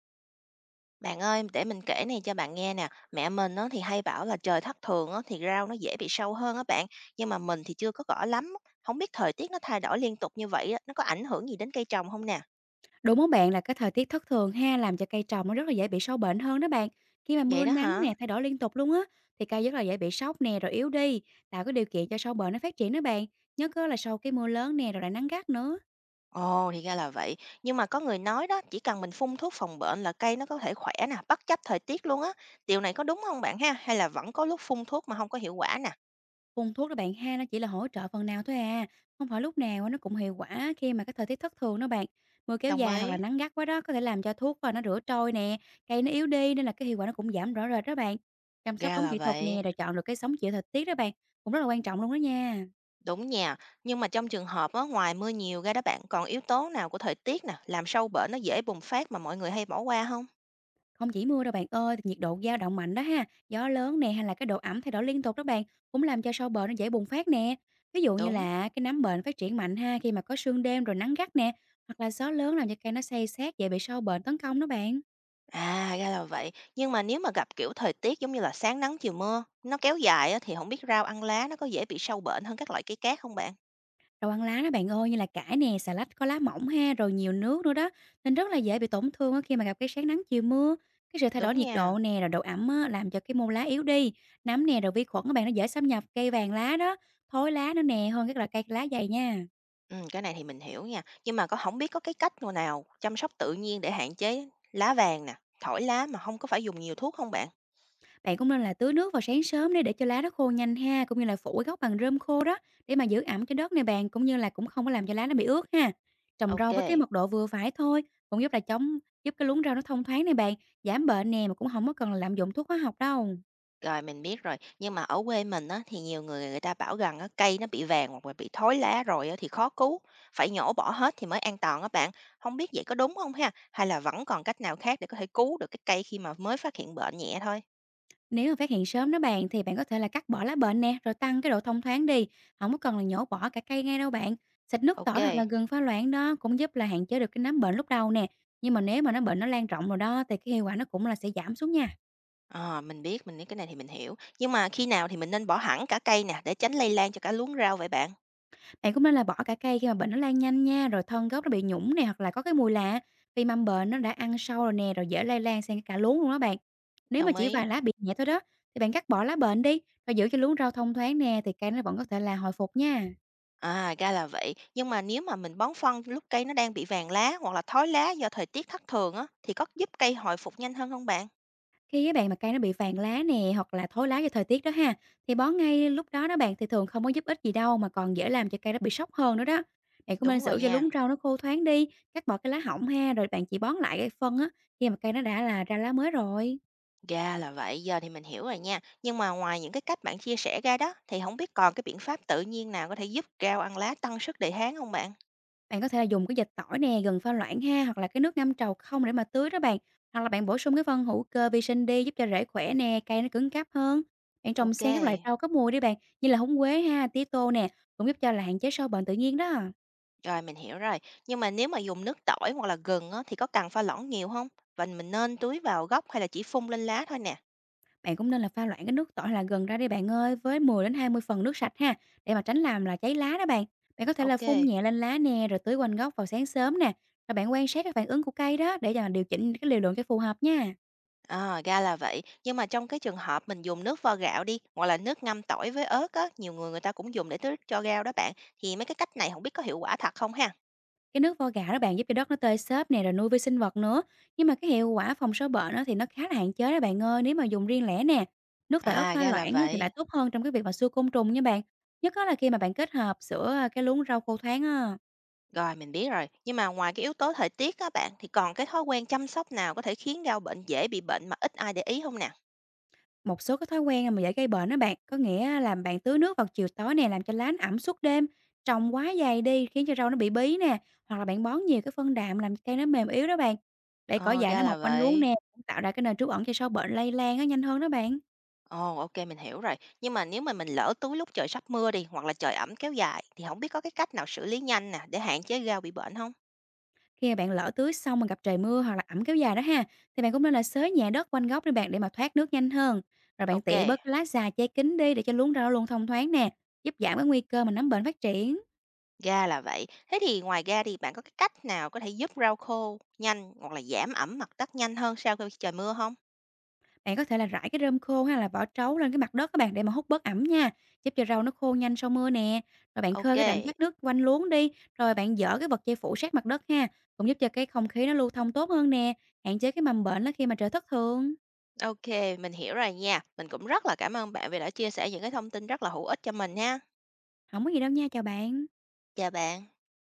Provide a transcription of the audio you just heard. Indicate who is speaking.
Speaker 1: Bạn ơi, để mình kể này cho bạn nghe nè. Mẹ mình á, thì hay bảo là trời thất thường á, thì rau nó dễ bị sâu hơn á bạn. Nhưng mà mình thì chưa có rõ lắm. Không biết thời tiết nó thay đổi liên tục như vậy á, nó có ảnh hưởng gì đến cây trồng không nè?
Speaker 2: Đúng á bạn, là cái thời tiết thất thường ha, làm cho cây trồng nó rất là dễ bị sâu bệnh hơn đó bạn. Khi mà
Speaker 1: Vậy
Speaker 2: mưa
Speaker 1: đó
Speaker 2: nắng
Speaker 1: hả?
Speaker 2: nè, thay đổi liên tục luôn á, thì cây rất là dễ bị sốc nè, rồi yếu đi, tạo cái điều kiện cho sâu bệnh nó phát triển đó bạn. Nhớ cơ là sau cái mưa lớn nè, rồi lại nắng gắt nữa.
Speaker 1: Ồ, thì ra là vậy. Nhưng mà có người nói đó, chỉ cần mình phun thuốc phòng bệnh là cây nó có thể khỏe nè, bất chấp thời tiết luôn á. Điều này có đúng không bạn ha? Hay là vẫn có lúc phun thuốc mà không có hiệu quả nè?
Speaker 2: Phun thuốc đó bạn ha, nó chỉ là hỗ trợ phần nào thôi à. Không phải lúc nào á, nó cũng hiệu quả khi mà cái thời tiết thất thường đó bạn. Mưa kéo
Speaker 1: Đồng
Speaker 2: dài hoặc
Speaker 1: ý,
Speaker 2: là nắng gắt quá đó, có thể làm cho thuốc và nó rửa trôi nè, cây nó yếu đi nên là cái hiệu quả nó cũng giảm rõ rệt đó bạn. Chăm sóc
Speaker 1: ra
Speaker 2: đúng
Speaker 1: là
Speaker 2: kỹ thuật
Speaker 1: vậy.
Speaker 2: nè, rồi chọn được cái sống chịu thời tiết đó bạn, cũng rất là quan trọng luôn đó nha.
Speaker 1: Đúng nha, nhưng mà trong trường hợp á, ngoài mưa nhiều ra đó bạn còn yếu tố nào của thời tiết nè, làm sâu bệnh nó dễ bùng phát mà mọi người hay bỏ qua không?
Speaker 2: Không chỉ mưa đâu bạn ơi, thì nhiệt độ dao động mạnh đó ha, gió lớn nè hay là cái độ ẩm thay đổi liên tục đó bạn, cũng làm cho sâu bệnh nó dễ bùng phát nè. Ví dụ như
Speaker 1: Đúng.
Speaker 2: là cái nấm bệnh phát triển mạnh ha khi mà có sương đêm rồi nắng gắt nè, hoặc là gió lớn làm cho cây nó xây xát dễ bị sâu bệnh tấn công đó bạn.
Speaker 1: À, ra là vậy. Nhưng mà nếu mà gặp kiểu thời tiết giống như là sáng nắng chiều mưa, nó kéo dài á, thì không biết rau ăn lá nó có dễ bị sâu bệnh hơn các loại cây khác không bạn?
Speaker 2: Rau ăn lá đó bạn ơi, như là cải nè, xà lách có lá mỏng ha, rồi nhiều nước nữa đó, nên rất là dễ bị tổn thương á khi mà gặp cái sáng nắng chiều mưa. Cái sự thay
Speaker 1: Đúng
Speaker 2: đổi nhiệt
Speaker 1: nha.
Speaker 2: độ nè, rồi độ ẩm á, làm cho cái mô lá yếu đi, nấm nè, rồi vi khuẩn các bạn nó dễ xâm nhập cây vàng lá đó, thối lá nữa nè, hơn các loại cây lá dày nha.
Speaker 1: Ừ, cái này thì mình hiểu nha. Nhưng mà có không biết có cái cách nào nào chăm sóc tự nhiên để hạn chế lá vàng nè, thổi lá mà không có phải dùng nhiều thuốc không bạn?
Speaker 2: Bạn cũng nên là tưới nước vào sáng sớm để cho lá nó khô nhanh ha, cũng như là phủ cái gốc bằng rơm khô đó để mà giữ ẩm cho đất này bạn, cũng như là cũng không có làm cho lá nó bị ướt ha. Trồng
Speaker 1: Ok.
Speaker 2: rau với cái mật độ vừa phải thôi, cũng giúp là chống giúp cái luống rau nó thông thoáng này bạn, giảm bệnh nè mà cũng không có cần là lạm dụng thuốc hóa học đâu.
Speaker 1: Rồi, mình biết rồi, nhưng mà ở quê mình á, thì nhiều người người ta bảo rằng á, cây nó bị vàng hoặc là bị thối lá rồi á, thì khó cứu, phải nhổ bỏ hết thì mới an toàn á bạn. Không biết vậy có đúng không ha? Hay là vẫn còn cách nào khác để có thể cứu được cái cây khi mà mới phát hiện bệnh nhẹ thôi?
Speaker 2: Nếu mà phát hiện sớm đó bạn thì bạn có thể là cắt bỏ lá bệnh nè, rồi tăng cái độ thông thoáng đi, không có cần là nhổ bỏ cả cây ngay đâu bạn. Xịt nước
Speaker 1: Ok,
Speaker 2: tỏi hoặc là gừng pha loãng đó cũng giúp là hạn chế được cái nấm bệnh lúc đầu nè. Nhưng mà nếu mà nó bệnh nó lan rộng rồi đó thì cái hiệu quả nó cũng là sẽ giảm xuống nha.
Speaker 1: ờ, mình biết, cái này thì mình hiểu. Nhưng mà khi nào thì mình nên bỏ hẳn cả cây nè để tránh lây lan cho cả luống rau vậy bạn?
Speaker 2: Bạn cũng nên là bỏ cả cây khi mà bệnh nó lan nhanh nha, rồi thân gốc nó bị nhũng này, hoặc là có cái mùi lạ. Vì mầm bệnh nó đã ăn sâu rồi nè, rồi dễ lây lan sang cả luống luôn đó bạn. Nếu mà
Speaker 1: Đồng
Speaker 2: chỉ
Speaker 1: ý.
Speaker 2: vài lá bị nhẹ thôi đó, thì bạn cắt bỏ lá bệnh đi, và giữ cho luống rau thông thoáng nè, thì cây nó vẫn có thể là hồi phục nha.
Speaker 1: À, ra là vậy. Nhưng mà nếu mà mình bón phân lúc cây nó đang bị vàng lá hoặc là thối lá do thời tiết thất thường á, thì có giúp cây hồi phục nhanh hơn không bạn?
Speaker 2: Khi các bạn mà cây nó bị vàng lá nè hoặc là thối lá do thời tiết đó ha, thì bón ngay lúc đó đó bạn thì thường không có giúp ích gì đâu mà còn dễ làm cho cây nó bị sốc hơn nữa đó. Bạn cũng nên
Speaker 1: Đúng rồi
Speaker 2: giữ cho
Speaker 1: nha,
Speaker 2: luống rau nó khô thoáng đi, cắt bỏ cái lá hỏng ha, rồi bạn chỉ bón lại cái phân á khi mà cây nó đã là ra lá mới rồi.
Speaker 1: ra là vậy, giờ thì mình hiểu rồi nha. Nhưng mà ngoài những cái cách bạn chia sẻ ra đó, thì không biết còn cái biện pháp tự nhiên nào có thể giúp rau ăn lá tăng sức đề kháng không bạn?
Speaker 2: Bạn có thể là dùng cái dịch tỏi nè, gừng pha loãng ha, hoặc là cái nước ngâm trầu không để mà tưới đó bạn. Hoặc là bạn bổ sung cái phân hữu cơ vi sinh đi giúp cho rễ khỏe nè, cây nó cứng cáp hơn. Bạn trồng
Speaker 1: Ok,
Speaker 2: xen các loại rau có mùi đi bạn, như là húng quế ha, tía tô nè, cũng giúp cho là hạn chế sâu bệnh tự nhiên đó.
Speaker 1: rồi mình hiểu rồi. Nhưng mà nếu mà dùng nước tỏi hoặc là gừng á, thì có cần pha loãng nhiều không? Và mình nên tưới vào gốc hay là chỉ phun lên lá thôi nè?
Speaker 2: Bạn cũng nên là pha loãng cái nước tỏi hay là gừng ra đi bạn ơi, với 10 đến 20 phần nước sạch ha, để mà tránh làm là cháy lá đó bạn. Bạn có thể là phun
Speaker 1: Ok,
Speaker 2: nhẹ lên lá nè, rồi tưới quanh gốc vào sáng sớm nè. Rồi bạn quan sát các phản ứng của cây đó để mà điều chỉnh cái liều lượng cho phù hợp nha.
Speaker 1: à, ra là vậy. Nhưng mà trong cái trường hợp mình dùng nước vo gạo đi, hoặc là nước ngâm tỏi với ớt á, nhiều người người ta cũng dùng để tưới cho rau đó bạn. Thì mấy cái cách này không biết có hiệu quả thật không ha?
Speaker 2: Cái nước vo gạo đó bạn giúp cho đất nó tơi xốp nè, rồi nuôi vi sinh vật nữa. Nhưng mà cái hiệu quả phòng sâu bệnh á thì nó khá là hạn chế đó bạn ơi, nếu mà dùng riêng lẻ nè. Nước tỏi ớt
Speaker 1: À,
Speaker 2: pha
Speaker 1: ra là
Speaker 2: loãng á thì
Speaker 1: vậy.
Speaker 2: lại tốt hơn trong cái việc mà xua côn trùng nha bạn. Nhất á là khi mà bạn kết hợp sữa à, cái luống rau khô thoáng á.
Speaker 1: Rồi, mình biết rồi. Nhưng mà ngoài cái yếu tố thời tiết á bạn, thì còn cái thói quen chăm sóc nào có thể khiến rau bệnh dễ bị bệnh mà ít ai để ý không nè?
Speaker 2: Một số cái thói quen mà dễ gây bệnh đó bạn, có nghĩa là bạn tưới nước vào chiều tối nè, làm cho lá nó ẩm suốt đêm, trồng quá dày đi khiến cho rau nó bị bí nè, hoặc là bạn bón nhiều cái phân đạm làm cây nó mềm yếu đó bạn. Để cỏ
Speaker 1: Ờ,
Speaker 2: dại
Speaker 1: ra
Speaker 2: nó
Speaker 1: là
Speaker 2: mọc quanh luống
Speaker 1: vậy.
Speaker 2: nè, cũng tạo ra cái nơi trú ẩn cho sâu bệnh lây lan nó nhanh hơn đó bạn.
Speaker 1: Ồ, ok, mình hiểu rồi. Nhưng mà nếu mà mình lỡ túi lúc trời sắp mưa đi, hoặc là trời ẩm kéo dài, thì không biết có cái cách nào xử lý nhanh nè, để hạn chế rau bị bệnh không?
Speaker 2: Khi mà bạn lỡ tưới xong mà gặp trời mưa hoặc là ẩm kéo dài đó ha, thì bạn cũng nên là xới nhẹ đất quanh gốc đi bạn để mà thoát nước nhanh hơn. Rồi
Speaker 1: Ok,
Speaker 2: bạn
Speaker 1: kê.
Speaker 2: tỉa bớt cái lá già che kín đi để cho luống rau nó luôn thông thoáng nè, giúp giảm cái nguy cơ mà nấm bệnh phát triển.
Speaker 1: Ra là vậy. Thế thì ngoài ra thì bạn có cái cách nào có thể giúp rau khô nhanh, hoặc là giảm ẩm mặt đất nhanh hơn sau khi trời mưa không?
Speaker 2: Bạn có thể là rải cái rơm khô hay là vỏ trấu lên cái mặt đất các bạn để mà hút bớt ẩm nha, giúp cho rau nó khô nhanh sau mưa nè. Rồi bạn khơi cái rãnh
Speaker 1: OK,
Speaker 2: thoát nước quanh luống đi, rồi bạn dỡ cái vật che phủ sát mặt đất ha, cũng giúp cho cái không khí nó lưu thông tốt hơn nè, hạn chế cái mầm bệnh đó khi mà trời thất thường.
Speaker 1: OK, mình hiểu rồi nha. Mình cũng rất là cảm ơn bạn vì đã chia sẻ những cái thông tin rất là hữu ích cho mình ha.
Speaker 2: Không có gì đâu nha, chào bạn.
Speaker 1: Chào bạn.